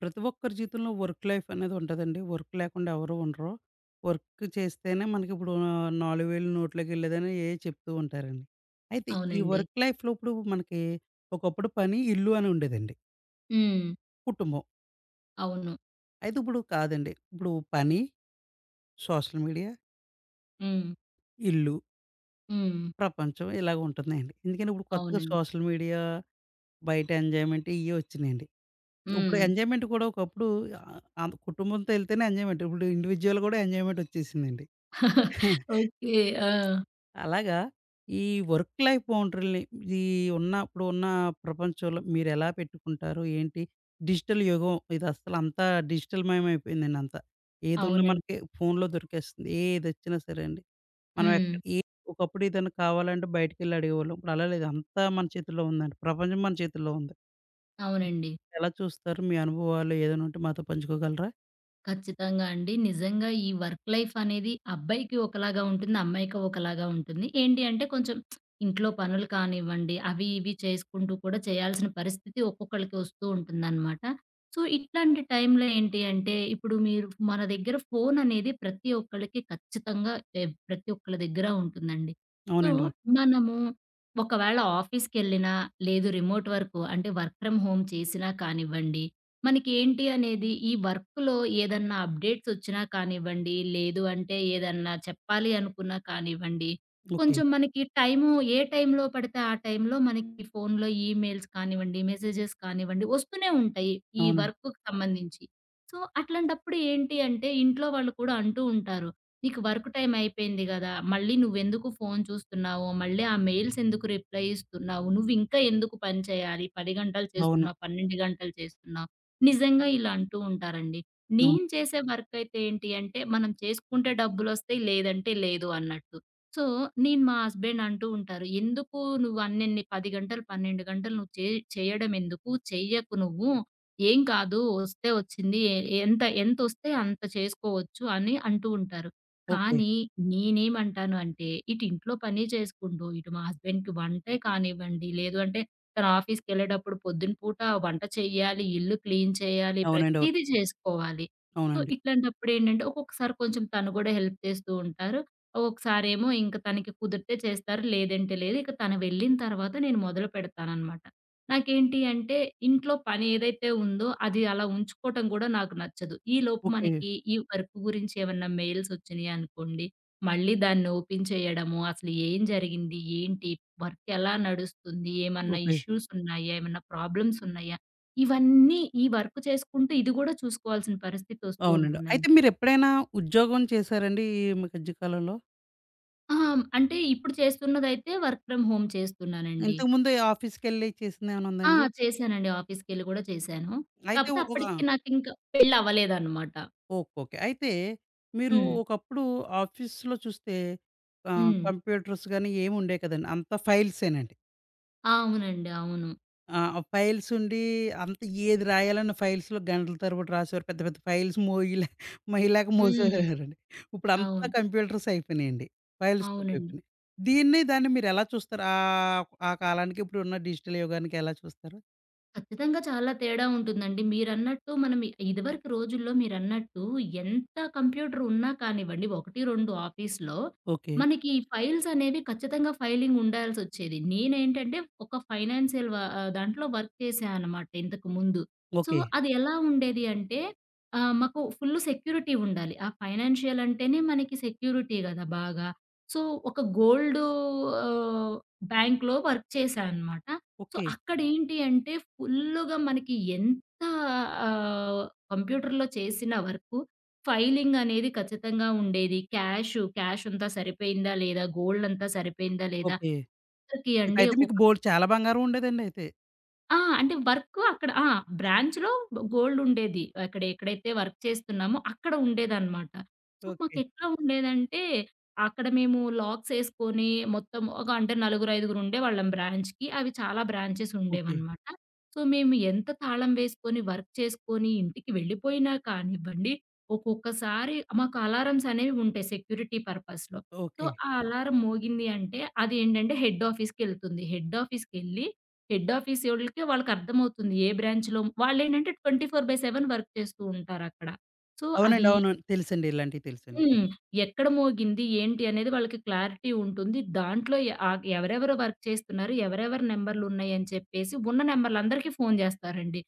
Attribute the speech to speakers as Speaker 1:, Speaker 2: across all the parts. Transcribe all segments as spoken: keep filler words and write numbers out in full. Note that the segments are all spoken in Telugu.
Speaker 1: ప్రతి ఒక్కరి జీవితంలో వర్క్ లైఫ్ అనేది ఉంటుందండి. వర్క్ లేకుండా ఎవరు ఉండరు. వర్క్ చేస్తేనే మనకిప్పుడు నాలుగు వేల నోట్లోకి వెళ్ళేదని ఏ చెప్తూ ఉంటారండి. అయితే ఈ
Speaker 2: అవునండి.
Speaker 1: వర్క్ లైఫ్‌లో ఇప్పుడు మనకి ఒకప్పుడు పని, ఇల్లు అని ఉండేదండి.
Speaker 2: హ్మ్.
Speaker 1: కుటుంబం.
Speaker 2: అవును.
Speaker 1: అయితే ఇప్పుడు కాదండి. ఇప్పుడు పని, సోషల్ మీడియా,
Speaker 2: హ్మ్.
Speaker 1: ఇల్లు,
Speaker 2: హ్మ్.
Speaker 1: ప్రపంచం ఇలాగ ఉంటున్నాయండి. ఎందుకని ఇప్పుడు కొత్తగా
Speaker 2: అవునండి.
Speaker 1: సోషల్ మీడియా, బయట ఎంజాయ్‌మెంట్ ఇయ్యే వచ్చినాయండి. ఇప్పుడు
Speaker 2: హ్మ్.
Speaker 1: ఎంజాయ్‌మెంట్ కూడా ఒకప్పుడు ఆహ్, ఆహ్, కుటుంబంతో ఎళ్తేనే ఎంజాయ్‌మెంట్. ఇప్పుడు ఇండివిడ్యువల్ కూడా ఎంజాయ్‌మెంట్ వచ్చేసిందండి.
Speaker 2: ఓకే. ఆ!
Speaker 1: అలాగా ఈ వర్క్ లైఫ్ బౌండరీలని ఇది ఉన్న ఇప్పుడు ఉన్న ప్రపంచంలో మీరెలా పెట్టుకుంటారు? ఏంటి? డిజిటల్ యుగం ఇది అసలు అంతా డిజిటల్‌మయం అయిపోయిందండి అంతా. ఏదున్నా
Speaker 2: అవునండి.
Speaker 1: మనకి ఫోన్‌లో దొరికేస్తుంది. ఏదొచ్చినా సరే అండి. మనం
Speaker 2: హ్మ్.
Speaker 1: ఎక్క ఏ ఒకప్పుడు ఏదైనా కావాలంటే బయటికెళ్ళి అడిగేవాళ్ళం. ఇప్పుడు అలా లేదు. అంతా మన చేతుల్లో ఉందండి. ప్రపంచం మన చేతుల్లో ఉంది.
Speaker 2: అవునండి.
Speaker 1: ఎలా చూస్తారు? మీ అనుభవాలు ఏదైనా ఉంటే మాతో పంచుకోగలరా?
Speaker 2: ఖచ్చితంగా అండి. నిజంగా ఈ వర్క్ లైఫ్ అనేది అబ్బాయికి ఒకలాగా ఉంటుంది. అమ్మాయికి ఒకలాగా ఉంటుంది. ఏంటి అంటే కొంచెం ఇంట్లో పనులు కానివ్వండి, అవి ఇవి చేసుకుంటూ కూడా చేయాల్సిన పరిస్థితి ఒక్కొక్కళ్ళకి వస్తూ ఉంటుందనమాట. సో, ఇట్లాంటి టైంలో ఏంటి అంటే ఇప్పుడు మీరు మన దగ్గర ఫోన్ అనేది ప్రతి ఒక్కళ్ళకి ఖచ్చితంగా ఎ ప్రతి ఒక్కళ్ళ దగ్గర ఉంటుందండి. సో,
Speaker 1: అవునండి. అవును.
Speaker 2: మనము ఒకవేళ ఆఫీస్‌కెళ్ళినా లేదు రిమోట్ వర్కు అంటే వర్క్ ఫ్రమ్ హోమ్ చేసినా కానివ్వండి మనకి ఏంటి అనేది ఈ వర్క్‌లో ఏదన్నా అప్‌డేట్స్ వచ్చినా కానివ్వండి, లేదు అంటే ఏదన్నా చెప్పాలి అనుకున్నా కానివ్వండి,
Speaker 1: ఓకే.
Speaker 2: కొంచెం మనకి టైము ఏ టైంలో పడితే ఆ టైంలో మనకి ఫోన్‌లో ఈమెయిల్స్ కానివ్వండి, మెసేజెస్ కానివ్వండి వస్తూనే ఉంటాయి. ఈ
Speaker 1: అవునండి.
Speaker 2: వర్క్‌కి సంబంధించి. సో, అట్లాంటప్పుడు ఏంటి అంటే ఇంట్లో వాళ్ళు కూడా అంటూ ఉంటారు. "నీకు వర్క్ టైమ్ అయిపోయింది గదా! మళ్ళీ నువ్వెందుకు ఫోన్ చూస్తున్నావు? మళ్ళీ ఆ మెయిల్స్ ఎందుకు రిప్లై ఇస్తున్నావు? నువ్వింకా ఎందుకు పని చేయాలి? పది గంటలు
Speaker 1: అవును.
Speaker 2: చేస్తున్నావు, పన్నెండు గంటలు చేస్తున్నావు. నిజంగా ఇలా అంటూ ఉంటారండి.
Speaker 1: అవును.
Speaker 2: నేను చేసే వర్కయితే ఏంటి అంటే, మనం చేసుకుంటే డబ్బులొస్తాయి, లేదంటే లేదు అన్నట్టు. సో, నేను మా హస్బెండ్ అంటూ ఉంటారు, "ఎందుకు నువ్వు అన్నెన్ని పది గంటలు, పన్నెండు గంటలు నువ్వు చే చేయడమెందుకు? చెయ్యకు నువ్వు. ఏం కాదు, వస్తే వచ్చింది. ఎ ఎంత ఎంతొస్తే అంత చేసుకోవచ్చు" అని అంటూ ఉంటారు.
Speaker 1: ఓకే.
Speaker 2: కానీ నేనేమంటాను అంటే, ఇటు ఇంట్లో పని చేసుకుంటూ, ఇటు మా హస్బెండ్‌కి వంటే కానివ్వండి, లేదు అంటే తను ఆఫీస్‌కెళ్ళేటప్పుడు పొద్దున పూట వంట చెయ్యాలి, ఇల్లు క్లీన్ చేయాలి,
Speaker 1: అవునండి. అవును.
Speaker 2: ప్రతీదీ జేసుకోవాలి. సో,
Speaker 1: అవునండి.
Speaker 2: ఇట్లాంటప్పుడేంటంటే ఒక్కొక్కసారి కొంచెం తను గూడా హెల్ప్ చేస్తూ ఉంటారు. ఒక్కొక్కసారేమో ఇంక తనకి కుదిరితే చేస్తారు, లేదంటే లేదు. ఇక తను వెళ్ళిన తర్వాత నేను మొదలు పెడతాననమాట. నాకేంటి అంటే ఇంట్లో పని ఏదైతే ఉందో అది అలా ఉంచుకోవటం గూడా నాకు నచ్చదు. ఈలోపు
Speaker 1: ఓకే.
Speaker 2: మనకి ఈ వర్క్ గురించి ఏమన్నా మెయిల్స్ వచ్చినియి అనుకోండి మళ్ళీ దాన్ని ఓపెన్ చేయడము, అసలు ఏం జరిగింది? ఏంటి? వర్క్ ఎలా నడుస్తుంది? ఏమన్నా
Speaker 1: ఓకే.
Speaker 2: ఇష్యూస్ ఉన్నాయా? ఏమన్నా ప్రాబ్లమ్స్ ఉన్నాయా? ఇవన్నీ ఈ వర్క్ చేసుకుంటూ ఇది గూడా చూసుకోవాల్సిన పరిస్థితి వస్తూ
Speaker 1: అవునండి.
Speaker 2: ఉంటుందండి.
Speaker 1: అయితే మీరెప్పుడైనా ఉద్యోగం చేశారండి ఈ మధ్య కాలంలో?
Speaker 2: ఆ! అంటే ఇప్పుడు చేస్తున్నదైతే వర్క్ ఫ్రమ్ హోమ్ చేస్తున్నానండి.
Speaker 1: ఇంతకుముందు ఆఫీస్‌కెళ్ళి చేసిందేమైనా ఉందా
Speaker 2: ఆ!
Speaker 1: అండి?
Speaker 2: చేశానండి. ఆఫీస్‌కెళ్ళి గూడా చేశాను.
Speaker 1: అయితే
Speaker 2: కాపోతే
Speaker 1: ఒక ఆ!
Speaker 2: అప్పటికి నాకింకా పెళ్లవ్వలేదనమాట.
Speaker 1: ఓకే. ఓకే. అయితే మీరు
Speaker 2: హ్మ్.
Speaker 1: ఒకప్పుడు ఆఫీస్‌లో చూస్తే ఆహ్,
Speaker 2: హ్మ్.
Speaker 1: కంప్యూటర్స్ గాని ఏమి ఉండేవి కదండీ! అంతా ఫైల్సేనండి.
Speaker 2: అవునండి. అవును.
Speaker 1: ఆ! ఫైల్స్ ఉండి అంత ఏది రాయాలన్న ఫైల్స్‌లో గంటల తరబడి రాసేవారు. పెద్ద పెద్ద ఫైల్స్ మోయలే మోయలేక
Speaker 2: హ్మ్.
Speaker 1: మోసేవారండి. ఇప్పుడంతా
Speaker 2: అవును.
Speaker 1: కంప్యూటర్స్ అయిపోయినాయండి. ఫైల్స్‌తో
Speaker 2: అవునండి.
Speaker 1: అయిపోయినాయి. దీన్ని దాన్ని మీరెలా చూస్తారు? ఆహ్, ఆ కాలానికి ఇప్పుడున్న డిజిటల్ యుగానికి ఎలా చూస్తారు?
Speaker 2: ఖచ్చితంగా చాలా తేడా ఉంటుందండి. మీరన్నట్టు మనం ఇ- ఇదివరకు రోజుల్లో మీరన్నట్టు ఎంత కంప్యూటర్ ఉన్నా కానివ్వండి, ఒకటి, రెండు ఆఫీస్‌లో
Speaker 1: ఓకే.
Speaker 2: మనకి ఈ ఫైల్స్ అనేవి ఖచ్చితంగా ఫైలింగ్ ఉండాల్సొచ్చేది. నేనేంటంటే ఒక ఫైనాన్షియల్ వ ఆహ్, దాంట్లో వర్క్ చేశా అనమాట ఇంతకు ముందు. So,
Speaker 1: okay.
Speaker 2: అది ఎలా ఉండేది అంటే ఆహ్, మాకు ఫుల్ సెక్యూరిటీ ఉండాలి. ఆ ఫైనాన్షియల్ అంటేనే మనకి సెక్యూరిటీ గదా! బాగా. సో, ఒక గోల్డ్ ఆహ్, బ్యాంక్‌లో వర్క్ చేశా అనమాట. So,
Speaker 1: okay.
Speaker 2: అక్కడేంటి అంటే ఫుల్లుగా మనకి ఎంత ఆహ్, కంప్యూటర్‌లో చేసిన వర్కు ఫైలింగ్ అనేది ఖచ్చితంగా ఉండేది. క్యాషు, క్యాష్ అంతా సరిపోయిందా లేదా? గోల్డ్ అంతా సరిపోయిందా లేదా?
Speaker 1: ఓకే.
Speaker 2: అసలకి అండి
Speaker 1: అయితే మీకు
Speaker 2: ఒక్కొక్క
Speaker 1: బోలెడు చాలా బంగారం ఉండేదండి అయితే.
Speaker 2: ఆ! అంటే వర్కు అక్కడ ఆ! బ్రాంచ్‌లో గోల్డ్ ఉండేది. అక్కడ ఎక్కడైతే వర్క్ చేస్తున్నామో అక్కడ ఉండేదనమాట. So,
Speaker 1: okay.
Speaker 2: మాకెట్లా ఉండేదంటే, అక్కడ మేము లాక్స్ ఏసుకొని మొత్తం ఒక అంటే నలుగురు, ఐదుగురు ఉండేవాళ్ళం బ్రాంచ్‌కి. అవి చాలా బ్రాంచెస్
Speaker 1: ఓకే.
Speaker 2: ఉండేవనమాట. సో, మేము ఎంత తాళం వేసుకొని వర్క్ చేసుకొని ఇంటికి వెళ్ళిపోయినా కానివ్వండి, ఒక్కొక్కసారి మాకు అలారమ్స్ అనేవి ఉంటాయి సెక్యూరిటీ పర్పస్‌లో. So,
Speaker 1: okay.
Speaker 2: ఆ అలారం మోగింది అంటే అదేంటంటే హెడ్ ఆఫీస్‌కెళ్తుంది. హెడ్ ఆఫీస్‌కెళ్ళి హెడ్ ఆఫీసోళ్ళకి వాళ్ళకర్థమవుతుంది. ఏ బ్రాంచ్‌లో వాళ్ళేంటంటే ఇరవై నాలుగు బై ఏడు వర్క్ చేస్తూ ఉంటారక్కడ. సో, అది
Speaker 1: అవునండి. అవును. తెలుసండి. ఇలాంటివి తెలుసండి.
Speaker 2: హ్మ్. ఎక్కడ మోగింది, ఏంటి అనేది వాళ్ళకి క్లారిటీ ఉంటుంది. దాంట్లో ఎ ఆహ్, ఎవరెవరు వర్క్ చేస్తున్నారు, ఎవరెవరి నంబర్‌లున్నాయని చెప్పేసి ఉన్న నంబర్‌లందరికీ ఫోను జేస్తారండి.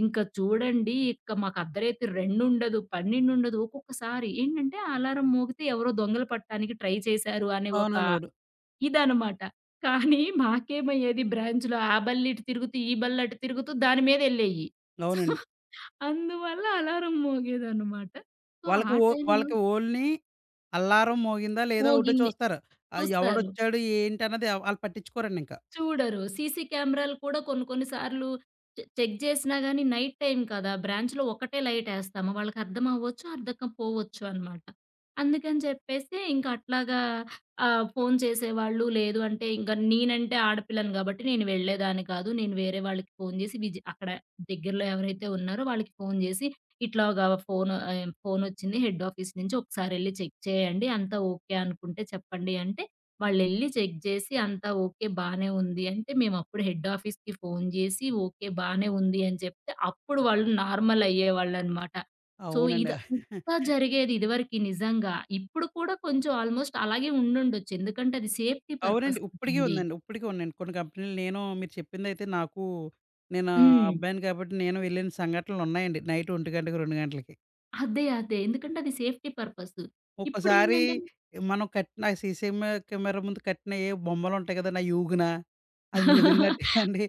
Speaker 2: ఇంక చూడండి, ఇక మాకు అర్ధరాత్రి రెండు ఉండదు, పన్నెండు ఉండదు. ఒక్కొక్కసారి ఏంటంటే, ఆ అలారం మోగితే ఎవరో దొంగలు పట్టడానికి ట్రై చేశారు అనే ఒక
Speaker 1: అవునండి. అవును.
Speaker 2: ఇదనమాట. కానీ మాకేమయ్యేది బ్రాంచ్‌లో ఆ బళ్ళు ఇటు తిరుగుతూ, ఈ బళ్ళు అటు తిరుగుతూ దాని మీదెళ్ళేయి.
Speaker 1: అవునండి.
Speaker 2: అందువల్ల అలారం మోగేదనమాట. సో,
Speaker 1: వాళ్ళకి
Speaker 2: ఆ
Speaker 1: ఓ
Speaker 2: టైంలో
Speaker 1: వాళ్ళకి ఓన్లీ అల్లారం మోగిందా లేదా ఒకటే
Speaker 2: మోగింది.
Speaker 1: చూస్తారు. ఆహ్,
Speaker 2: చూస్తారు.
Speaker 1: ఎవడొచ్చాడు ఏంటి అన్నది ఆళ్ళు పట్టించుకోరండింక.
Speaker 2: చూడరు. సీసీ కెమెరాలు కూడా కొన్ని కొన్ని సార్లు చె చెక్ చేసినా గాని నైట్ టైమ్ కదా! బ్రాంచ్‌లో ఒకటే లైటేస్తాము. వాళ్ళకర్థం అవ్వచ్చు, అర్థం పోవచ్చు అనమాట. అందుకని చెప్పేసి ఇంక అట్లాగా ఆహ్, ఫోను చేసేవాళ్ళు. లేదు అంటే ఇంక నేనంటే ఆడపిల్లను గాబట్టి నేను వెళ్ళేదాన్ని కాదు. నేను వేరే వాళ్ళకి ఫోను చేసి విజి అక్కడ దగ్గరలో ఎవరైతే ఉన్నారో వాళ్ళకి ఫోను చేసి, ఇట్లాగా ఫోను ఆహ్, ఫోనొచ్చింది హెడ్ ఆఫీస్ నుంచి ఒకసారెళ్లి చెక్ చేయండి. అంతా ఓకే అనుకుంటే చెప్పండి అంటే వాళ్ళెళ్లి చెక్ జేసి అంతా ఓకే బానే ఉంది అంటే, మేమప్పుడు హెడ్ ఆఫీస్‌కి ఫోను జేసి ఓకే బానే ఉంది అని చెప్తే, అప్పుడు వాళ్ళు నార్మల్ అయ్యేవాళ్ళనమాట. సో,
Speaker 1: అవునండి.
Speaker 2: ఇదంతా జరిగేది ఇదివరకి నిజంగా. ఇప్పుడు కూడా కొంచెం ఆల్‌మోస్ట్ అలాగే ఉండుండొచ్చు. ఎందుకంటే అది సేఫ్టీ
Speaker 1: అవునండి.
Speaker 2: పర్పస్
Speaker 1: ఇప్పటికి
Speaker 2: కదండీ.
Speaker 1: ఉందండి. ఇప్పటికి ఉన్నాయండి. కొన్ని కంపెనీలు నేను మీరు చెప్పిందైతే నాకు నేను
Speaker 2: హ్మ్.
Speaker 1: అబ్బాయిని కాబట్టి నేను వెళ్ళిన సంఘటనలున్నాయండి. నైట్ ఒంటి గంటకి, రెండు గంటలకి.
Speaker 2: అదే. అదే. ఎందుకంటే అది సేఫ్టీ పర్పసు.
Speaker 1: ఒక్కోసారి
Speaker 2: ఇప్పుడేంటంటే
Speaker 1: మనం కట్టిన ఆ సీసీఎం కెమెరా ముందు కట్టిన ఏ బొమ్మలుంటాయి కదండీ! అయి ఊగినా అది మెదిలినట్టేనండి.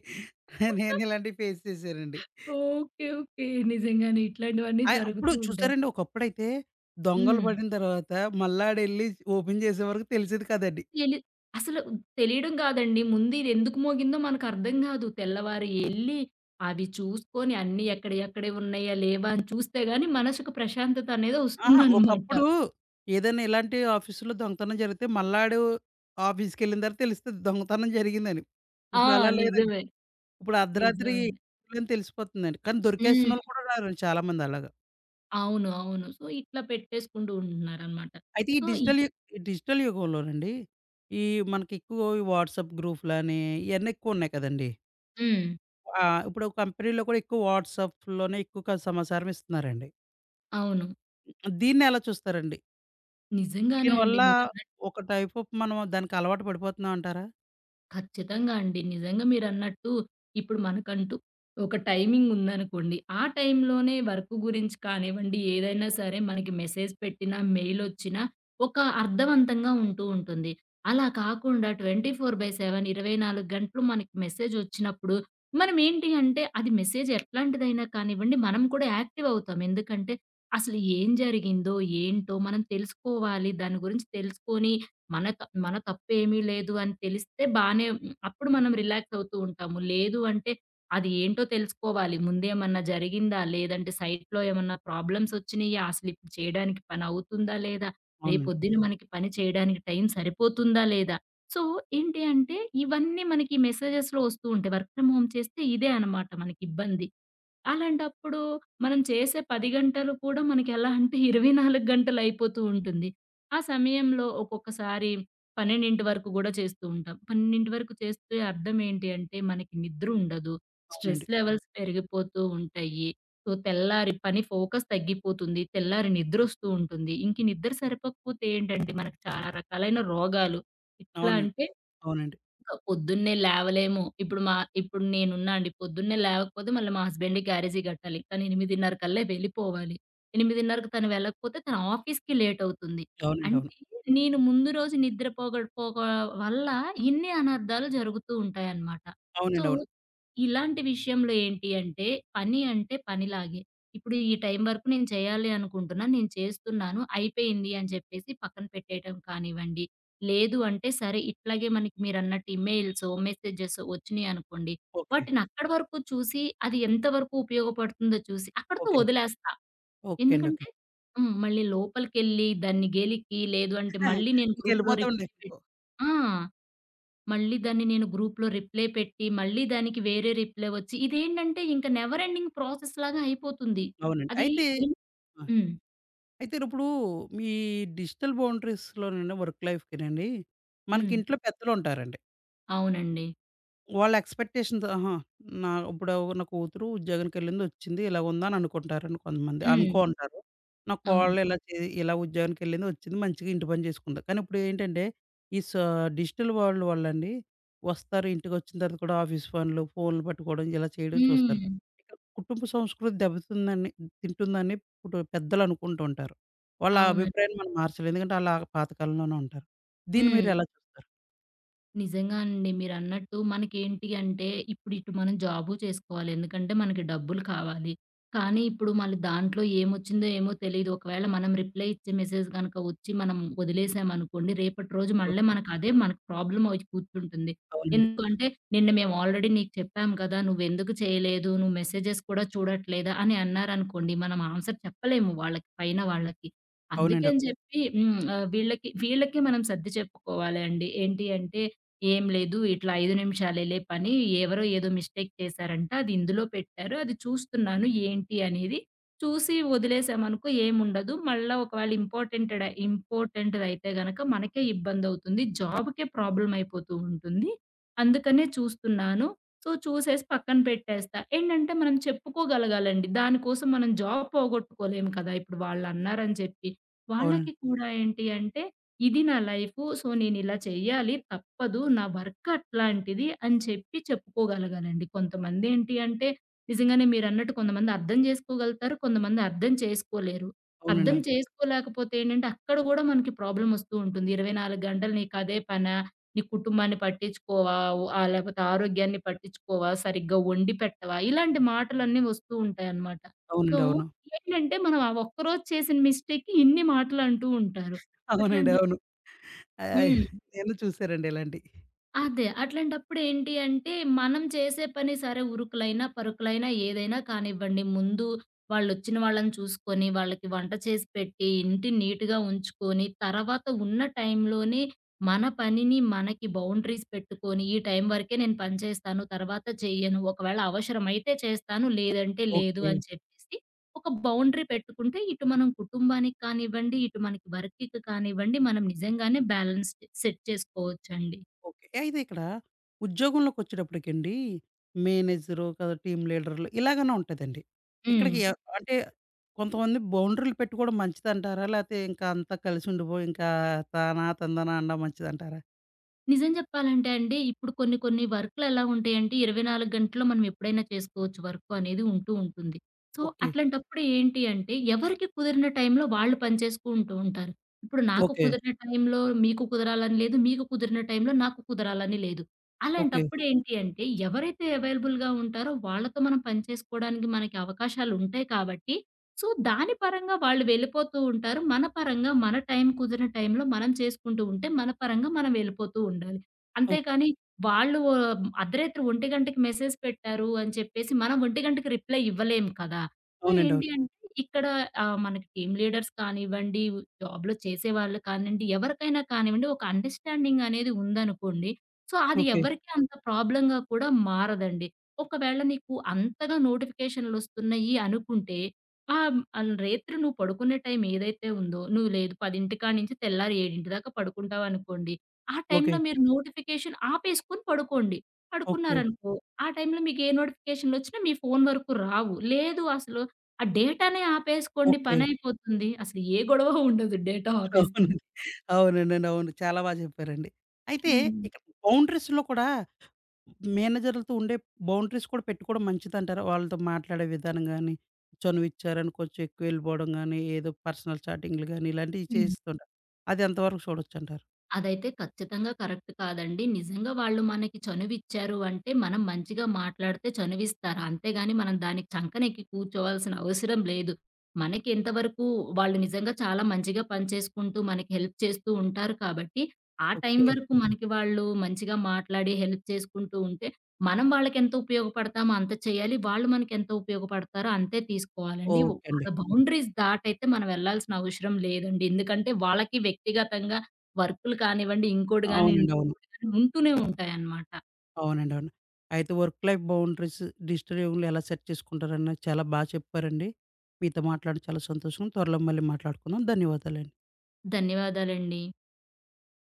Speaker 1: నేను ఇలాంటివి ఫేస్ చేశానండి.
Speaker 2: ఓకే. ఓకే. నిజంగానే ఇట్లాంటివన్నీ
Speaker 1: ఆ! అప్పుడు
Speaker 2: జరుగుతూ ఉంటాయి.
Speaker 1: చూసారండి ఒకప్పుడైతే దొంగలు
Speaker 2: హ్మ్.
Speaker 1: పడిన తర్వాత మల్లాడెళ్లి ఓపెన్ చేసే వరకు తెలిసేది కాదండి.
Speaker 2: తెలి అసలు తెలియడం గాదండి. ముందు ఇదెందుకు మోగిందో మనకర్థం గాదు. తెల్లవారి ఎళ్లి అవి చూసుకొని అన్నీ ఎక్కడెక్కడివి ఉన్నాయా, లేవా అని చూస్తే గాని మనసుకు ప్రశాంతత అనేది
Speaker 1: అహా!
Speaker 2: ఒస్తుందనమాట.
Speaker 1: ఒకప్పుడు ఏదైనా ఇలాంటి ఆఫీసులో దొంగతనం జరిగితే మల్లాడు ఆఫీస్‌కెళ్ళిన తర్వాత తెలుస్తది దొంగతనం జరిగిందని.
Speaker 2: ఆ!
Speaker 1: ఇప్పుడు అలా లేదండి.
Speaker 2: నిజమే.
Speaker 1: ఇప్పుడు అర్ధరాత్రి
Speaker 2: నిజమే.
Speaker 1: అని తెలిసిపోతుందండి. కానీ
Speaker 2: హ్మ్.
Speaker 1: దొరికేసినోళ్ళు కూడా రారండి చాలామంది అలాగా.
Speaker 2: అవును. అవును. సో, ఇట్లా పెట్టేసుకుంటూ ఉంటున్నారనమాట.
Speaker 1: అయితే ఈ
Speaker 2: సో, ఇ
Speaker 1: డిజిటల్ యు ఈ డిజిటల్ యుగంలోనండి ఈ మనకి ఎక్కువ ఈ వాట్సాప్ గ్రూప్‌లని ఇయన్నీ ఎక్కువున్నాయి కదండీ!
Speaker 2: హ్మ్.
Speaker 1: ఆహ్, ఇప్పుడు కంపెనీలో కూడా ఎక్కువ వాట్సాప్‌లోనే ఎక్కువ క సమాచారం ఇస్తున్నారండి.
Speaker 2: అవును.
Speaker 1: దీన్నెలా చూస్తారండి?
Speaker 2: నిజంగానే అండి.
Speaker 1: దీనివల్ల ఒక టైప్ ఆఫ్ మనం దానికి అలవాటు పడిపోతున్నాం అంటారా?
Speaker 2: ఖచ్చితంగా అండి. నిజంగా మీరన్నట్టు ఇప్పుడు మనకంటూ ఒక టైమింగ్ ఉందనుకోండి. ఆ టైంలోనే వర్క్ గురించి కానివ్వండి, ఏదైనా సరే మనకి మెసేజ్ పెట్టినా, మెయిలొచ్చినా ఒక అర్థవంతంగా ఉంటూ ఉంటుంది. అలా కాకుండా ఇరవై నాలుగు బై ఏడు ఇరవై నాలుగు గంటలు మనకి మెసేజొచ్చినప్పుడు మనం ఏంటి అంటే అది మెసేజ్ ఎట్లాంటిదైనా కానివ్వండి, మనం కూడా యాక్టివ్ అవుతాం. ఎందుకంటే అసలు ఏం జరిగిందో, ఏంటో మనం తెలుసుకోవాలి. దాని గురించి తెలుసుకొని మన త మన తప్పేమీ లేదు అని తెలిస్తే బానే ఉమ్, అప్పుడు మనం రిలాక్స్ అవుతూ ఉంటాము. లేదు అంటే అది ఏంటో తెలుసుకోవాలి. ముందేమన్నా జరిగిందా? లేదంటే సైట్‌లో ఏమన్నా ప్రాబ్లమ్స్ వచ్చినీయా? అసలిప్పుడు చేయడానికి పని అవుతుందా? లేదా?
Speaker 1: అవునండి.
Speaker 2: రేపొద్దున మనకి పని చేయడానికి టైం సరిపోతుందా? లేదా? సో, ఏంటి అంటే ఇవన్నీ మనకి మెసేజెస్‌లో వస్తూ ఉంటాయి. వర్క్ ఫ్రమ్ హోమ్ చేస్తే ఇదే అనమాట మనకిబ్బంది. అలాంటప్పుడు మనం చేసే పది గంటలు కూడా మనకెలా అంటే ఇరవై నాలుగు గంటలయిపోతూ ఉంటుంది. ఆ సమయంలో ఒక్కొక్కసారి పన్నెండు వరకు గూడా చేస్తూ ఉంటాం. పన్నెండు వరకు చేస్తే అర్థం ఏంటి అంటే మనకి నిద్రుండదు. స్ట్రెస్
Speaker 1: అవునండి.
Speaker 2: లెవెల్స్ పెరిగిపోతూ ఉంటాయి. సో, తెల్లారి పని ఫోకస్ తగ్గిపోతుంది. తెల్లారి నిద్రొస్తూ ఉంటుంది. ఇంక ఈ నిద్ర సరిపోకపోతే ఏంటంటే మనకు చాలా రకాలైన రోగాలు ఎట్లా
Speaker 1: అవునండి.
Speaker 2: అంటే
Speaker 1: అవునండి.
Speaker 2: ఇంకా పొద్దున్నే లేవలేము. ఇప్పుడు మా ఇప్పుడు నేనున్నా అండి. పొద్దున్నే లేవకపోతే మళ్ళీ మా హస్బెండ్‌కి గ్యారేజీ కట్టాలి. తను ఎనిమిదిన్నర కల్లా వెళ్ళిపోవాలి. 8:30కి తను వెళ్ళకపోతే తన ఆఫీస్‌కి లేట్ అవుతుంది.
Speaker 1: అవునండి. అవును.
Speaker 2: అంటే నేను ముందు రోజు నిద్ర పోగ పోక వల్ల ఇన్ని అనర్థాలు జరుగుతూ ఉంటాయన్నమాట. సో,
Speaker 1: అవునండి. అవును.
Speaker 2: ఇలాంటి విషయంలో ఏంటి అంటే పని అంటే పనిలాగే. ఇప్పుడు ఈ టైం వరకు నేను చేయాలి అనుకుంటున్నాను. నేను చేస్తున్నాను. అయిపోయింది అని చెప్పేసి పక్కన పెట్టేయటం కానివ్వండి. లేదు అంటే సరే ఇట్లాగే మనకి మీరన్నట్టు ఈమెయిల్సో, మెసేజెసో వచ్చినియనుకోండి.
Speaker 1: ఓకే.
Speaker 2: వాటిని అక్కడి వరకు చూసి అది ఎంత వరకు ఉపయోగపడుతుందో చూసి అక్కడితో
Speaker 1: ఓకే.
Speaker 2: వదిలేస్తా.
Speaker 1: ఓకే అండి. ఓకే.
Speaker 2: ఎందుకంటే హ్మ్. మళ్ళీ లోపలికెళ్ళి దాన్ని గెలికి లేదు అంటే మళ్ళీ నేను గ్రూప్‌లో
Speaker 1: ఇంకెళ్ళిపోతామండి.
Speaker 2: రిప్లై పెట్టి ఆ! మళ్ళీ దాన్ని నేను గ్రూప్‌లో రిప్లై పెట్టి మళ్ళీ దానికి వేరే రిప్లై వచ్చి ఇదేంటంటే ఇంక నెవర్ ఎండింగ్ ప్రాసెస్ లాగా అయిపోతుంది.
Speaker 1: అవునండి.
Speaker 2: అది
Speaker 1: అయితే
Speaker 2: ఎన్
Speaker 1: ఆ!
Speaker 2: హ్మ్.
Speaker 1: అయితే ఇప్పుడు మీ డిజిటల్ బౌండరీస్‌లోనండి వర్క్ లైఫ్‌కినండి మనకి
Speaker 2: హ్మ్.
Speaker 1: ఇంట్లో పెద్దలుంటారండి.
Speaker 2: అవునండి.
Speaker 1: వాళ్ళ ఎక్స్‌పెక్టేషన్‌తో ఆహా! నా ఇప్పుడు నా కూతురు ఉద్యోగానికెళ్ళింది, వచ్చింది ఇలాగుందని అనుకుంటారండి కొంతమంది.
Speaker 2: హ్మ్.
Speaker 1: అనుకో ఉంటారు. నా
Speaker 2: అవును.
Speaker 1: కోడలు ఇలా చే ఇలా ఉద్యోగానికెళ్ళింది, వచ్చింది మంచిగా ఇంటి పని చేసుకుంది. కానీ ఇప్పుడేంటంటే ఈ సా డిజిటల్ వరల్డ్ వల్లండి వస్తారు ఇంటికొచ్చిన తర్వాత కూడా ఆఫీస్ పనులు, ఫోన్లు పట్టుకోవడం ఇలా చేయడం చూస్తారు.
Speaker 2: హ్మ్.
Speaker 1: ఇక్కడ కుటుంబ సంస్కృతి దెబ్బతిందని తింటుందని ఇప్పుడు పెద్దలు అనుకుంటూ ఉంటారు. వాళ్ళ
Speaker 2: అవునండి.
Speaker 1: అభిప్రాయాన్ని మనం మార్చలేం. ఎందుకంటే ఆళ్ళా పాతకాలంలోనే ఉంటారు. దీన్ని
Speaker 2: హ్మ్.
Speaker 1: మీరెలా చూస్తారు?
Speaker 2: నిజంగా అండి. మీరన్నట్టు మనకేంటి అంటే, ఇప్పుడు ఇటు మనం జాబు చేసుకోవాలి. ఎందుకంటే మనకి డబ్బులు కావాలి. కానీ ఇప్పుడు మళ్ళీ దాంట్లో ఏమొచ్చిందో ఏమో తెలీదు. ఒకవేళ మనం రిప్లై ఇచ్చే మెసేజ్ గనక వచ్చి మనం వదిలేసామనుకోండి, రేపటి రోజు మళ్ళీ
Speaker 1: ఓకే.
Speaker 2: మనకు అదే మనకు ప్రాబ్లమ్ అయి కూర్చుంటుంది.
Speaker 1: అవునండి.
Speaker 2: ఎందుకంటే నిన్న మేము ఆల్రెడీ నీకు చెప్పాం కదా! నువ్వెందుకు చేయలేదు? నువ్వు మెసేజెస్ కూడా చూడట్లేదా? అని అన్నారనుకోండి, మనం ఆన్సర్ చెప్పలేము వాళ్ళకి పైన వాళ్ళకి.
Speaker 1: అవునండి.
Speaker 2: అందుకని చెప్పి హ్మ్. ఆహ్, వీళ్ళకి వీళ్ళకి మనం సర్ది చెప్పుకోవాలి అండి. ఏంటి అంటే ఏం లేదు. ఇట్లా ఐదు నిమిషాలేలే పని. ఎవరో ఏదో మిస్టేక్ చేశారంట. అది ఇందులో పెట్టారు. అది చూస్తున్నాను ఏంటి అనేది. చూసి వదిలేసామనుకో ఏముండదు. మళ్ళా ఒకవేళ ఇంపార్టెంటెడ్ ఇంపార్టెంట్‌దైతే గనక మనకే ఇబ్బందవుతుంది. జాబ్‌కే ప్రాబ్లమ్ అయిపోతూ ఉంటుంది. అందుకనే చూస్తున్నాను. సో, చూసేసి పక్కన పెట్టేస్తా. ఏంటంటే మనం చెప్పుకోగలగాలండి. దానికోసం మనం జాబ్ పోగొట్టుకోలేము కదా! ఇప్పుడు వాళ్ళన్నారని చెప్పి.
Speaker 1: అవును.
Speaker 2: వాళ్ళకి కూడా ఏంటి అంటే ఇది నా లైఫు. సో, నేనిలా చెయ్యాలి. తప్పదు. నా వర్క్ అట్లాంటిది అని చెప్పి చెప్పుకోగలగాలండి. కొంతమందేంటి అంటే, నిజంగానే మీరన్నట్టు కొంతమంది అర్థం జేసుకోగలుగుతారు. కొంతమంది అర్థం చేసుకోలేరు. అర్థం
Speaker 1: అవునండి.
Speaker 2: చేసుకోలేకపోతే ఏంటంటే, అక్కడ గూడా మనకి ప్రాబ్లమొస్తూ ఉంటుంది. ఇరవై నాలుగు గంటలు నీకదే పనా? నీ కుటుంబాన్ని పట్టించుకోవా? ఓ ఆహ్, లేపోతే ఆరోగ్యాన్ని పట్టించుకోవా? సరిగ్గా వండి పెట్టవా? ఇలాంటి మాటలన్నీ వస్తూ ఉంటాయనమాట. సో,
Speaker 1: అవునండి. అవును.
Speaker 2: ఏంటంటే, మనం ఆ ఒక్కరోజు చేసిన మిస్టేక్‌కి ఇన్ని మాటలంటూ ఉంటారు.
Speaker 1: అవునండి.
Speaker 2: అట్లాంటప్పుడు
Speaker 1: అవును. ఆహ్,
Speaker 2: హ్మ్.
Speaker 1: నేను చూసానండి ఇలాంటియి.
Speaker 2: అదే. అట్లాంటప్పుడేంటి అంటే, మనం చేసే పని సరే ఉరుకులైనా, పరుకులైనా ఏదైనా కానివ్వండి, ముందు వాళ్ళొచ్చిన వాళ్ళని చూసుకొని, వాళ్ళకి వంట చేసి పెట్టి, ఇంటిని నీట్‌గా ఉంచుకొని, తర్వాత ఉన్న టైంలోనే మన పనిని మనకి బౌండరీస్ పెట్టుకొని, ఈ టైం వరకే నేను పని చేస్తాను, తర్వాత చెయ్యను. ఒకవేళ అవసరమైతే చేస్తాను, లేదంటే లేదు
Speaker 1: ఓకే.
Speaker 2: అని చెప్పేసి ఒక బౌండరీ పెట్టుకుంటే, ఇటు మనం కుటుంబానికి కానివ్వండి, ఇటు మనకి వర్క్‌కి కానివ్వండి, మనం నిజంగానే బ్యాలెన్స్ సెట్ చేసుకోవచ్చండి.
Speaker 1: ఓకే. అయితే ఇక్కడ ఉద్యోగంలోకొచ్చేటప్పటికండి మేనేజరు కదా! టీమ్ లీడర్‌లు ఇలాగనే ఉంటదండి.
Speaker 2: హ్మ్.
Speaker 1: ఇక్కడికి ఎ అంటే కొంతమంది బౌండరీలు పెట్టుకోవడం మంచిదంటారా? లేతే ఇంకా అంతా కలిసి ఉండిపోయి ఇంకా తానా, తందనా అనడం మంచిదంటారా?
Speaker 2: నిజం జెప్పాలంటే అండి, ఇప్పుడు కొన్ని కొన్ని వర్కులెలా ఉంటాయంటే ఇరవై నాలుగు గంటల్లో మనం ఎప్పుడైనా చేసుకోవచ్చు వర్క్ అనేది ఉంటూ ఉంటుంది. So,
Speaker 1: okay.
Speaker 2: అట్లాంటప్పుడు ఏంటి అంటే, ఎవరికి కుదిరిన టైంలో వాళ్ళు పని చేసుకుంటూ ఉంటారు. ఇప్పుడు నాకు
Speaker 1: ఓకే.
Speaker 2: కుదిరిన టైంలో మీకు కుదరాలని లేదు. మీకు కుదిరిన టైంలో నాకు కుదరాలని లేదు.
Speaker 1: ఓకే.
Speaker 2: అలాంటప్పుడు ఏంటి అంటే, ఎవరైతే అవైలబుల్‌గా ఉంటారో వాళ్ళతో మనం పని చేసుకోవడానికి మనకి అవకాశాలుంటాయి కాబట్టి సో, దాని పరంగా వాళ్ళు వెళ్ళిపోతూ ఉంటారు. మన పరంగా మన టైం కుదిరిన టైంలో మనం చేసుకుంటూ ఉంటే, మన పరంగా మనం వెళ్ళిపోతూ ఉండాలి.
Speaker 1: ఓకే.
Speaker 2: అంతేకాని వాళ్ళు ఆహ్, అర్ధరాత్రి 1:00కి మెసేజ్ పెట్టారు అని చెప్పేసి మనం 1:00కి రిప్లై ఇవ్వలేం కదా! సో,
Speaker 1: అవునండి.
Speaker 2: ఏంటి
Speaker 1: అవును.
Speaker 2: అంటే ఇక్కడ ఆహ్, మనకి టీమ్ లీడర్స్ కానివ్వండి, జాబ్‌లో చేసేవాళ్ళు కానివ్వండి, ఎవరికైనా కానివ్వండి ఒక అండర్‌స్టాండింగ్ అనేది ఉందనుకోండి. సో, అది
Speaker 1: ఓకే.
Speaker 2: ఎవరికీ అంత ప్రాబ్లమ్‌గా కూడా మారదండి. ఒకవేళ నీకు అంతగా నోటిఫికేషన్‌లొస్తున్నాయి అనుకుంటే ఆ! ఆన్ రేత్రి నువ్వు పడుకునే టైం ఏదైతే ఉందో, నువ్వు లేదు పది కాడ్నుంచి తెల్లారి ఏడు గంటల దాకా పడుకుంటావనుకోండి. ఆ
Speaker 1: ఓకే.
Speaker 2: టైంలో మీరు హ్మ్. నోటిఫికేషన్ ఆపేసుకొని పడుకోండి.
Speaker 1: ఓకే.
Speaker 2: పడుకున్నారనుకో, ఆ టైంలో మీకు ఏ నోటిఫికేషన్‌లొచ్చినా మీ ఫోను వరకు రావు. లేదు అసలు ఆ డేటానే ఆపేసుకోండి
Speaker 1: ఓకే.
Speaker 2: పనైపోతుంది. అసలు ఏ గొడవ ఉండదు డేటా ఆపేసుకుంటే.
Speaker 1: అవునండి. అవునండి. అవును. చాలా బాగా చెప్పారండి. అయితే
Speaker 2: హ్మ్.
Speaker 1: ఇక్కడ బౌండరీస్‌లో కూడా మేనేజర్‌లతో ఉండే బౌండరీస్ కూడా పెట్టుకోవడం మంచిదంటారా? వాళ్ళతో మాట్లాడే విధానం గాని, చనువిచ్చారని కొంచెం ఎక్కువ వెళ్ళిపోవడం గాని, ఏదో పర్సనల్ చాటింగ్‌లు గాని ఇలాంటివి చేస్తుంటారు. అది ఎంతవరకు చూడొచ్చంటారు?
Speaker 2: అదైతే ఖచ్చితంగా కరెక్ట్ కాదండి. నిజంగా వాళ్ళు మనకి చనువిచ్చారు అంటే, మనం మంచిగా మాట్లాడితే చనువిస్తారు. అంతేగాని మనం దానికి చంకనెక్కి కూర్చోవాల్సిన అవసరం లేదు. మనకి ఎంతవరకు వాళ్ళు నిజంగా చాలా మంచిగా పనిచేసుకుంటూ, మనకి హెల్ప్ చేస్తూ ఉంటారు కాబట్టి, ఆ టైం
Speaker 1: ఓకే.
Speaker 2: వరకు మనకి వాళ్ళు మంచిగా మాట్లాడి హెల్ప్ చేసుకుంటూ ఉంటే, మనం వాళ్ళకెంత ఉపయోగపడతామో అంత చేయాలి. వాళ్ళు మనకెంత ఉపయోగపడతారో అంతే తీసుకోవాలండి.
Speaker 1: ఓకే
Speaker 2: వాళ్ళ
Speaker 1: అండి.
Speaker 2: బౌండరీస్ దాటైతే మనం వెళ్ళాల్సిన అవసరం లేదండి. ఎందుకంటే వాళ్ళకి వ్యక్తిగతంగా వర్కులు కానివ్వండి, ఇంకోటి గానియండి,
Speaker 1: అవునండి. అవును.
Speaker 2: ఇంకోటి గాని ఉంటూనే ఉంటాయన్నమాట.
Speaker 1: అవునండి. అవును. అయితే వర్క్ లైఫ్ బౌండరీస్ డిజిటల్ యుగంలో ఎలా సెట్ చేసుకుంటారన్న చాలా బాగా చెప్పారండి. మీతో మాట్లాడడం చాలా సంతోషం. త్వరలో మళ్ళీ మాట్లాడుకుందాం. ధన్యవాదాలండి.
Speaker 2: ధన్యవాదాలండి.